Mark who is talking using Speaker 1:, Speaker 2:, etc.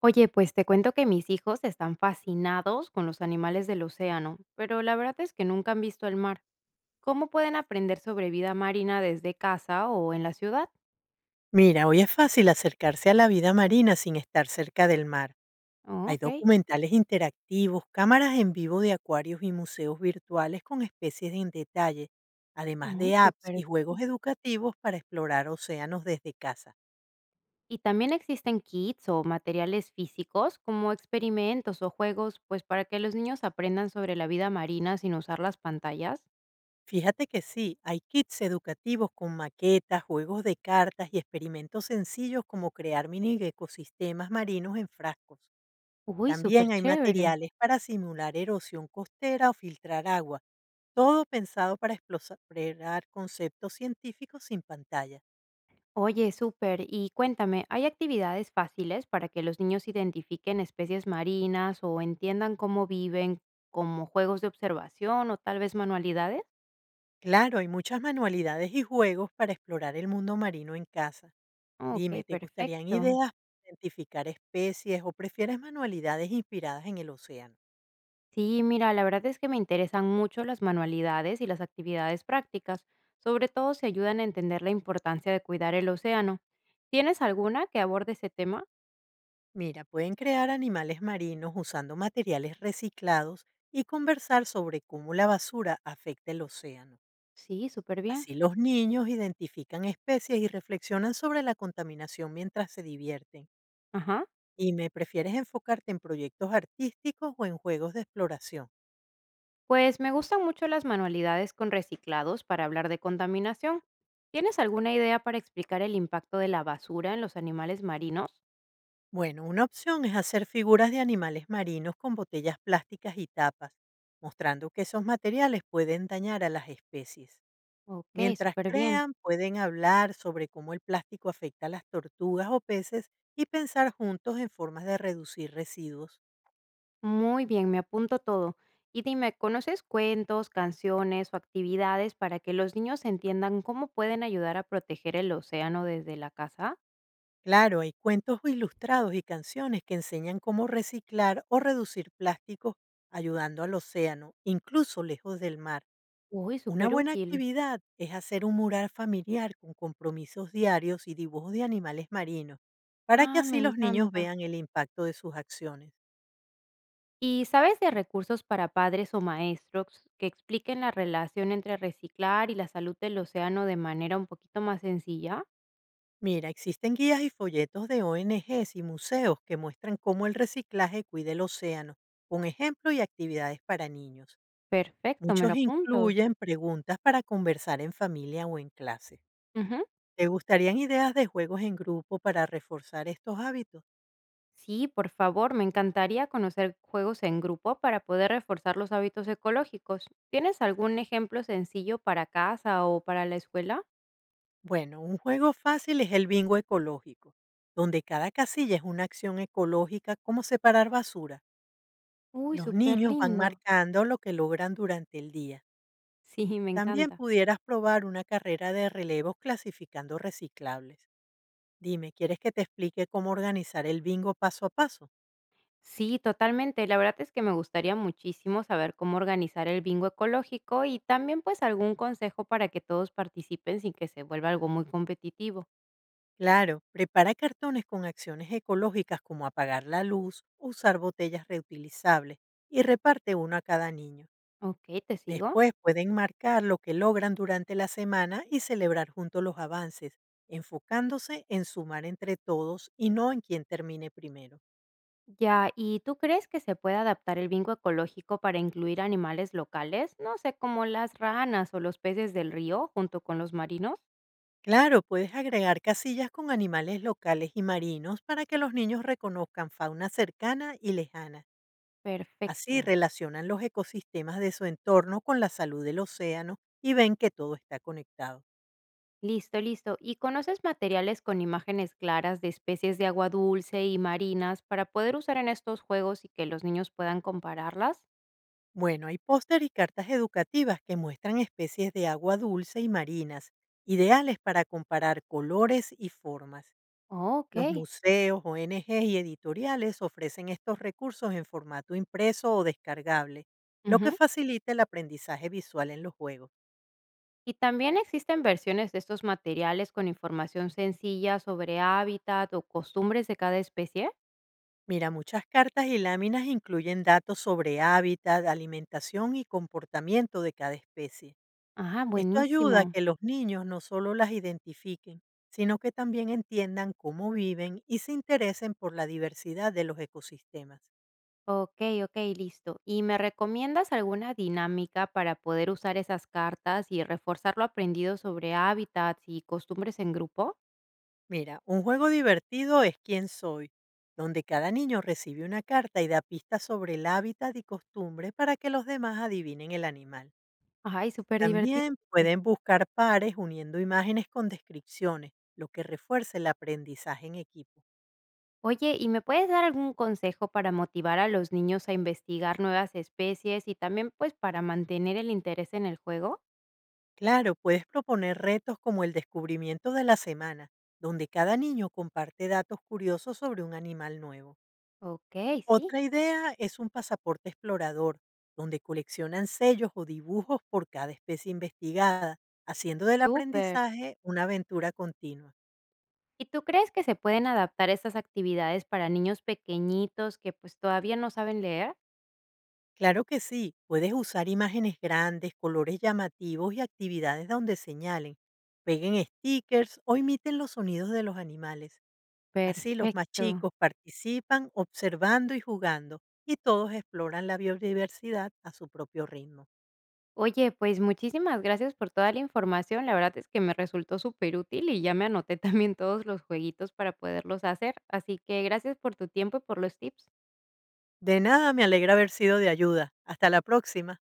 Speaker 1: Oye, pues te cuento que mis hijos están fascinados con los animales del océano, pero la verdad es que nunca han visto el mar. ¿Cómo pueden aprender sobre vida marina desde casa o en la ciudad?
Speaker 2: Mira, hoy es fácil acercarse a la vida marina sin estar cerca del mar.
Speaker 1: Oh,
Speaker 2: Hay
Speaker 1: ok,
Speaker 2: documentales interactivos, cámaras en vivo de acuarios y museos virtuales con especies en detalle, además
Speaker 1: muy
Speaker 2: de apps
Speaker 1: súper.
Speaker 2: y juegos educativos para explorar océanos desde casa.
Speaker 1: Y también existen kits o materiales físicos como experimentos o juegos, pues para que los niños aprendan sobre la vida marina sin usar las pantallas.
Speaker 2: Fíjate que sí, hay kits educativos con maquetas, juegos de cartas y experimentos sencillos como crear mini ecosistemas marinos en frascos.
Speaker 1: Uy,
Speaker 2: También
Speaker 1: súper
Speaker 2: hay
Speaker 1: chévere.
Speaker 2: materiales para simular erosión costera o filtrar agua. Todo pensado para explorar conceptos científicos sin pantalla.
Speaker 1: Oye, súper. Y cuéntame, ¿hay actividades fáciles para que los niños identifiquen especies marinas o entiendan cómo viven, como juegos de observación o tal vez manualidades?
Speaker 2: Claro, hay muchas manualidades y juegos para explorar el mundo marino en casa. Dime,
Speaker 1: Ok,
Speaker 2: ¿te gustarían
Speaker 1: perfecto.
Speaker 2: ideas para identificar especies o prefieres manualidades inspiradas en el océano?
Speaker 1: Sí, mira, la verdad es que me interesan mucho las manualidades y las actividades prácticas, sobre todo si ayudan a entender la importancia de cuidar el océano. ¿Tienes alguna que aborde ese tema?
Speaker 2: Mira, pueden crear animales marinos usando materiales reciclados y conversar sobre cómo la basura afecta el océano.
Speaker 1: Sí, súper bien.
Speaker 2: Así los niños identifican especies y reflexionan sobre la contaminación mientras se divierten.
Speaker 1: Ajá.
Speaker 2: Dime, ¿prefieres enfocarte en proyectos artísticos o en juegos de exploración?
Speaker 1: Pues me gustan mucho las manualidades con reciclados para hablar de contaminación. ¿Tienes alguna idea para explicar el impacto de la basura en los animales marinos?
Speaker 2: Bueno, una opción es hacer figuras de animales marinos con botellas plásticas y tapas, mostrando que esos materiales pueden dañar a las especies.
Speaker 1: Ok,
Speaker 2: Mientras
Speaker 1: súper bien.
Speaker 2: crean, pueden hablar sobre cómo el plástico afecta a las tortugas o peces y pensar juntos en formas de reducir residuos.
Speaker 1: Muy bien, me apunto todo. Y dime, ¿conoces cuentos, canciones o actividades para que los niños entiendan cómo pueden ayudar a proteger el océano desde la casa?
Speaker 2: Claro, hay cuentos ilustrados y canciones que enseñan cómo reciclar o reducir plásticos ayudando al océano, incluso lejos del mar.
Speaker 1: Uy,
Speaker 2: Una
Speaker 1: súper
Speaker 2: buena
Speaker 1: útil.
Speaker 2: actividad es hacer un mural familiar con compromisos diarios y dibujos de animales marinos, para que
Speaker 1: Ah, me
Speaker 2: así los niños
Speaker 1: encanta.
Speaker 2: vean el impacto de sus acciones.
Speaker 1: ¿Y sabes de recursos para padres o maestros que expliquen la relación entre reciclar y la salud del océano de manera un poquito más sencilla?
Speaker 2: Mira, existen guías y folletos de ONGs y museos que muestran cómo el reciclaje cuida el océano, con ejemplo y actividades para niños.
Speaker 1: Perfecto, me lo
Speaker 2: Muchos
Speaker 1: apunto.
Speaker 2: incluyen preguntas para conversar en familia o en clase.
Speaker 1: Ujú.
Speaker 2: ¿Te gustarían ideas de juegos en grupo para reforzar estos hábitos?
Speaker 1: Sí, por favor, me encantaría conocer juegos en grupo para poder reforzar los hábitos ecológicos. ¿Tienes algún ejemplo sencillo para casa o para la escuela?
Speaker 2: Bueno, un juego fácil es el bingo ecológico, donde cada casilla es una acción ecológica como separar basura.
Speaker 1: Uy,
Speaker 2: Los
Speaker 1: súper
Speaker 2: niños van
Speaker 1: lindo.
Speaker 2: marcando lo que logran durante el día.
Speaker 1: Sí, me
Speaker 2: También
Speaker 1: encanta.
Speaker 2: pudieras probar una carrera de relevos clasificando reciclables. Dime, ¿quieres que te explique cómo organizar el bingo paso a paso?
Speaker 1: Sí, totalmente. La verdad es que me gustaría muchísimo saber cómo organizar el bingo ecológico y también, pues, algún consejo para que todos participen sin que se vuelva algo muy competitivo.
Speaker 2: Claro, prepara cartones con acciones ecológicas como apagar la luz, usar botellas reutilizables y reparte uno a cada niño.
Speaker 1: Ok, te sigo.
Speaker 2: Después pueden marcar lo que logran durante la semana y celebrar juntos los avances, enfocándose en sumar entre todos y no en quien termine primero.
Speaker 1: Ya, ¿y tú crees que se puede adaptar el bingo ecológico para incluir animales locales? No sé, como las ranas o los peces del río junto con los marinos.
Speaker 2: Claro, puedes agregar casillas con animales locales y marinos para que los niños reconozcan fauna cercana y lejana.
Speaker 1: Perfecto.
Speaker 2: Así relacionan los ecosistemas de su entorno con la salud del océano y ven que todo está conectado.
Speaker 1: Listo, listo. ¿Y conoces materiales con imágenes claras de especies de agua dulce y marinas para poder usar en estos juegos y que los niños puedan compararlas?
Speaker 2: Bueno, hay póster y cartas educativas que muestran especies de agua dulce y marinas, ideales para comparar colores y formas.
Speaker 1: Oh,
Speaker 2: Los
Speaker 1: ok.
Speaker 2: museos, ONGs y editoriales ofrecen estos recursos en formato impreso o descargable, lo que
Speaker 1: Ujú.
Speaker 2: facilita el aprendizaje visual en los juegos.
Speaker 1: Y también existen versiones de estos materiales con información sencilla sobre hábitat o costumbres de cada especie.
Speaker 2: Mira, muchas cartas y láminas incluyen datos sobre hábitat, alimentación y comportamiento de cada especie.
Speaker 1: Ah,
Speaker 2: Esto ayuda a
Speaker 1: buenísimo.
Speaker 2: que los niños no solo las identifiquen, sino que también entiendan cómo viven y se interesen por la diversidad de los ecosistemas.
Speaker 1: Ok, ok, listo. ¿Y me recomiendas alguna dinámica para poder usar esas cartas y reforzar lo aprendido sobre hábitats y costumbres en grupo?
Speaker 2: Mira, un juego divertido es Quién soy, donde cada niño recibe una carta y da pistas sobre el hábitat y costumbre para que los demás adivinen el animal.
Speaker 1: Ay, superdivertido.
Speaker 2: También pueden buscar pares uniendo imágenes con descripciones, lo que refuerce el aprendizaje en equipo.
Speaker 1: Oye, ¿y me puedes dar algún consejo para motivar a los niños a investigar nuevas especies y también, pues, para mantener el interés en el juego?
Speaker 2: Claro, puedes proponer retos como el descubrimiento de la semana, donde cada niño comparte datos curiosos sobre un animal nuevo.
Speaker 1: Okey, sí,
Speaker 2: Otra idea es un pasaporte explorador, donde coleccionan sellos o dibujos por cada especie investigada, haciendo del
Speaker 1: súper.
Speaker 2: aprendizaje una aventura continua.
Speaker 1: ¿Y tú crees que se pueden adaptar estas actividades para niños pequeñitos que, pues, todavía no saben leer?
Speaker 2: Claro que sí, puedes usar imágenes grandes, colores llamativos y actividades donde señalen. Peguen stickers o imiten los sonidos de los animales. Así los más
Speaker 1: Perfecto.
Speaker 2: chicos participan observando y jugando y todos exploran la biodiversidad a su propio ritmo.
Speaker 1: Oye, pues, muchísimas gracias por toda la información. La verdad es que me resultó superútil y ya me anoté también todos los jueguitos para poderlos hacer. Así que gracias por tu tiempo y por los tips.
Speaker 2: De nada, me alegra haber sido de ayuda. Hasta la próxima.